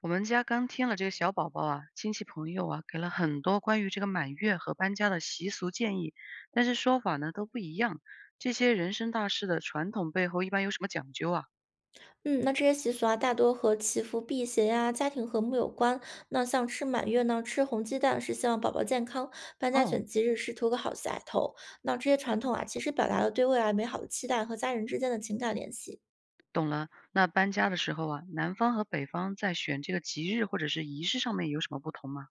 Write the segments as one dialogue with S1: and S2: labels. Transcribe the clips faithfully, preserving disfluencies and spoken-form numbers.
S1: 我们家刚添了这个小宝宝啊，亲戚朋友啊，给了很多关于这个满月和搬家的习俗建议，但是说法呢都不一样。这些人生大事的传统背后一般有什么讲究啊？
S2: 嗯，那这些习俗啊，大多和祈福、辟邪呀、家庭和睦有关。那像吃满月呢，吃红鸡蛋是希望宝宝健康；搬家
S1: 哦，
S2: 选吉日是图个好彩头。那这些传统啊，其实表达了对未来美好的期待和家人之间的情感联系。
S1: 懂了。那搬家的时候啊，南方和北方在选这个吉日或者是仪式上面有什么不同吗？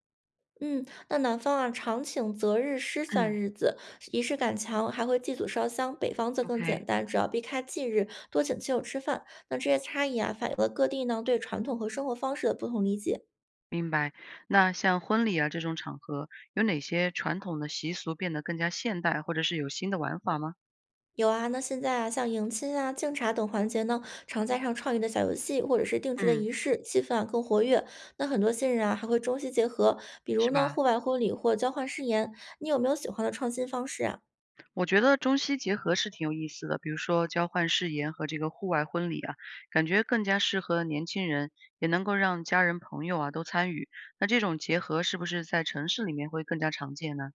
S2: 嗯，那南方啊，常请择日诗算
S1: 嗯
S2: 日子，仪式感强，还会祭祖烧香；北方则更简
S1: ，OK，
S2: 单，只要避开忌日，多请亲友吃饭。那这些差异啊，反映了各地呢对传统和生活方式的不同理解。
S1: 明白。那像婚礼啊这种场合，有哪些传统的习俗变得更加现代，或者是有新的玩法吗？
S2: 有啊，那现在啊，像迎亲啊、敬茶等环节呢，常加上创意的小游戏或者是定制的
S1: 嗯，
S2: 仪式，气氛啊更活跃。那很多新人啊还会中西结合，比如
S1: 是
S2: 呢
S1: 吧？
S2: 户外婚礼或交换誓言。你有没有喜欢的创新方式啊？
S1: 我觉得中西结合是挺有意思的，比如说交换誓言和这个户外婚礼啊，感觉更加适合年轻人，也能够让家人朋友啊都参与。那这种结合是不是在城市里面会更加常见呢？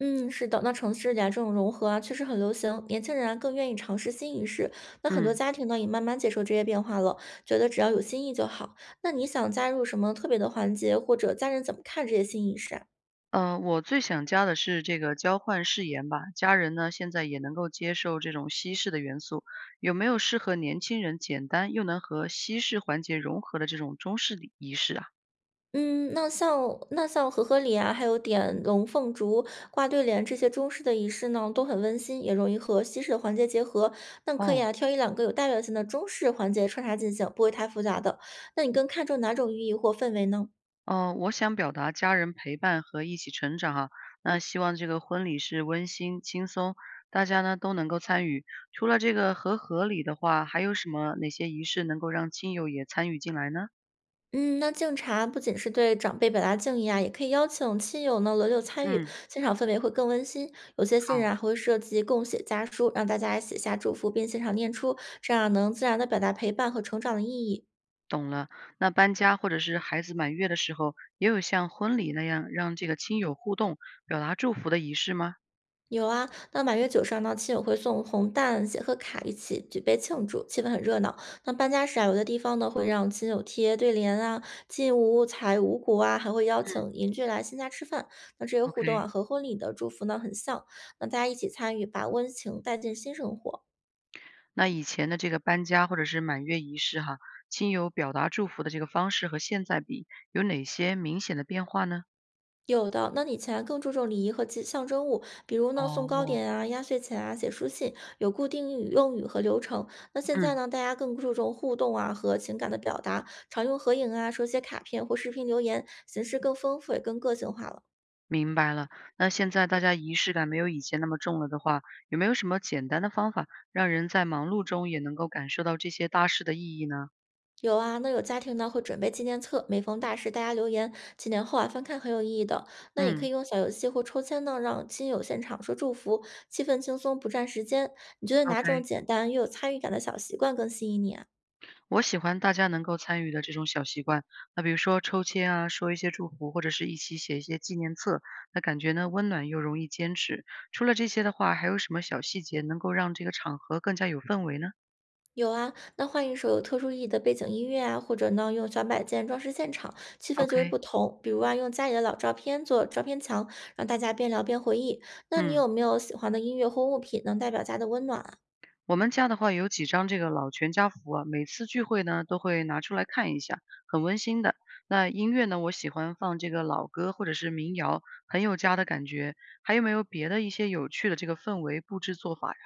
S2: 嗯，是的，那城市里啊这种融合啊确实很流行，年轻人啊更愿意尝试新仪式。那很多
S1: 嗯，
S2: 家庭呢也慢慢接受这些变化了，觉得只要有新意就好。那你想加入什么特别的环节，或者家人怎么看这些新仪式啊？
S1: 呃，我最想加的是这个交换誓言吧，家人呢现在也能够接受这种西式的元素，有没有适合年轻人简单又能和西式环节融合的这种中式礼仪式啊？
S2: 嗯，那像那像和合礼啊，还有点龙凤烛、挂对联这些中式的仪式呢，都很温馨，也容易和西式的环节结合。那可以
S1: 哦。
S2: 啊，挑一两个有代表性的中式环节穿插进行，不会太复杂的。那你更看重哪种寓意或氛围呢？
S1: 哦，呃我想表达家人陪伴和一起成长哈，那希望这个婚礼是温馨轻松，大家呢都能够参与。除了这个和合礼的话，还有什么哪些仪式能够让亲友也参与进来呢？
S2: 嗯，那敬茶不仅是对长辈表达敬意啊，也可以邀请亲友呢轮流参与，
S1: 嗯，
S2: 现场氛围会更温馨。有些新人
S1: 好，
S2: 啊还会设计共写家书，让大家写下祝福并现场念出，这样能自然的表达陪伴和成长的意义。
S1: 懂了。那搬家或者是孩子满月的时候，也有像婚礼那样让这个亲友互动、表达祝福的仪式吗？
S2: 有啊，那满月酒上呢，亲友会送红蛋、写贺卡，一起举杯庆祝，气氛很热闹。那搬家时啊，有的地方呢会让亲友贴对联啊、进屋采五谷啊，还会邀
S1: 嗯
S2: 请邻居来新家吃饭。那这些互动啊，
S1: ，OK。
S2: 和婚礼的祝福呢很像。那大家一起参与，把温情带进新生活。
S1: 那以前的这个搬家或者是满月仪式哈，亲友表达祝福的这个方式和现在比，有哪些明显的变化呢？
S2: 有的，那以前更注重礼仪和吉象征物，比如呢送糕
S1: 哦，
S2: 点啊、压岁钱啊、写书信，有固定语用语和流程。那现在
S1: 嗯，
S2: 呢，大家更注重互动啊和情感的表达，常用合影啊、手写卡片或视频留言，形式更丰富也更个性化了。
S1: 明白了。那现在大家仪式感没有以前那么重了的话，有没有什么简单的方法，让人在忙碌中也能够感受到这些大事的意义呢？
S2: 有啊，那有家庭呢会准备纪念册，每逢大事大家留言，几年后啊翻看很有意义的。那也可以
S1: 嗯
S2: 用小游戏或抽签呢，让亲友现场说祝福，气氛轻松不占时间。你觉得哪种
S1: ，OK。
S2: 简单又有参与感的小习惯更吸引你啊？
S1: 我喜欢大家能够参与的这种小习惯，那比如说抽签啊，说一些祝福，或者是一起写一些纪念册，那感觉呢温暖又容易坚持。除了这些的话，还有什么小细节能够让这个场合更加有氛围呢
S2: 有啊，那换一首有特殊意义的背景音乐啊，或者呢用小摆件装饰现场，气氛就会不
S1: ？OK，
S2: 同。比如啊，用家里的老照片做照片墙，让大家边聊边回忆。那你
S1: 嗯，
S2: 有没有喜欢的音乐或物品能代表家的温暖啊？
S1: 我们家的话有几张这个老全家福啊，每次聚会呢都会拿出来看一下，很温馨的。那音乐呢，我喜欢放这个老歌或者是民谣，很有家的感觉。还有没有别的一些有趣的这个氛围布置做法呀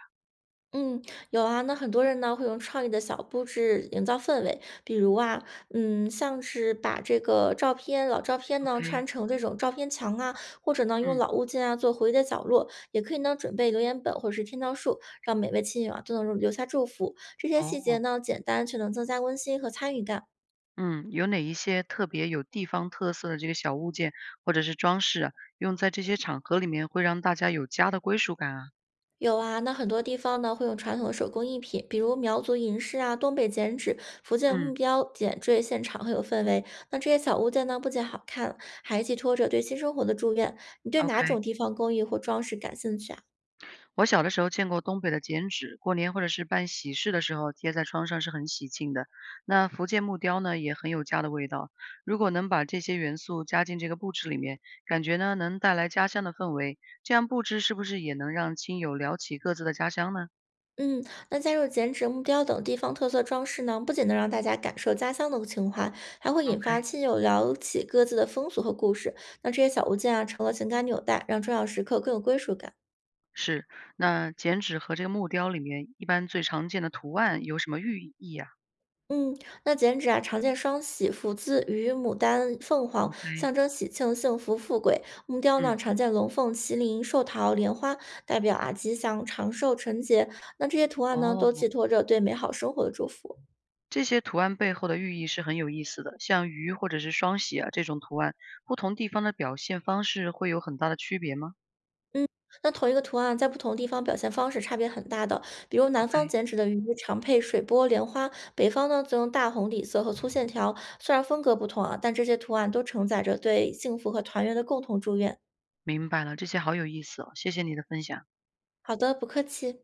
S2: 嗯，有啊，那很多人呢会用创意的小布置营造氛围，比如啊，嗯，像是把这个照片、老照片呢穿
S1: ？OK，
S2: 成这种照片墙啊，或者呢用
S1: 嗯，
S2: 老物件啊做回忆的角落，也可以呢准备留言本或者是天桥树，让每位亲友啊都能留下祝福。这些细节
S1: 哦。
S2: 呢简单却能增加温馨和参与感。
S1: 嗯，有哪一些特别有地方特色的这个小物件或者是装饰啊，用在这些场合里面会让大家有家的归属感啊？
S2: 有啊，那很多地方呢会用传统的手工艺品，比如苗族银饰啊、东北剪纸、福建木
S1: 嗯
S2: 雕、剪缀，现场很有氛围。那这些小物件呢，不仅好看，还寄托着对新生活的祝愿。你对哪
S1: ，OK，
S2: 种地方工艺或装饰感兴趣啊？
S1: 我小的时候见过东北的剪纸，过年或者是办喜事的时候贴在窗上是很喜庆的。那福建木雕呢，也很有家的味道。如果能把这些元素加进这个布置里面，感觉呢能带来家乡的氛围，这样布置是不是也能让亲友聊起各自的家乡呢
S2: 嗯，那加入剪纸、木雕等地方特色装饰呢，不仅能让大家感受家乡的情怀，还会引发
S1: ？OK。
S2: 亲友聊起各自的风俗和故事。那这些小物件啊，成了情感纽带，让重要时刻更有归属感。
S1: 是，那剪纸和这个木雕里面，一般最常见的图案有什么寓意啊？
S2: 嗯，那剪纸啊，常见双喜、福字、与牡丹、凤凰，
S1: o k
S2: 象征喜庆、幸福、富贵。木雕呢，
S1: 嗯，
S2: 常见龙凤、麒麟、寿桃、莲花，代表啊吉祥、长寿、纯洁。那这些图案呢，都
S1: 哦，
S2: 寄托着对美好生活的祝福。
S1: 这些图案背后的寓意是很有意思的，像鱼或者是双喜啊这种图案，不同地方的表现方式会有很大的区别吗？
S2: 那同一个图案在不同地方表现方式差别很大的，比如南方
S1: OK，
S2: 剪纸的鱼常配水波、莲花，北方呢则用大红底色和粗线条。虽然风格不同啊，但这些图案都承载着对幸福和团圆的共同祝愿。
S1: 明白了，这些好有意思哦，谢谢你的分享。
S2: 好的，不客气。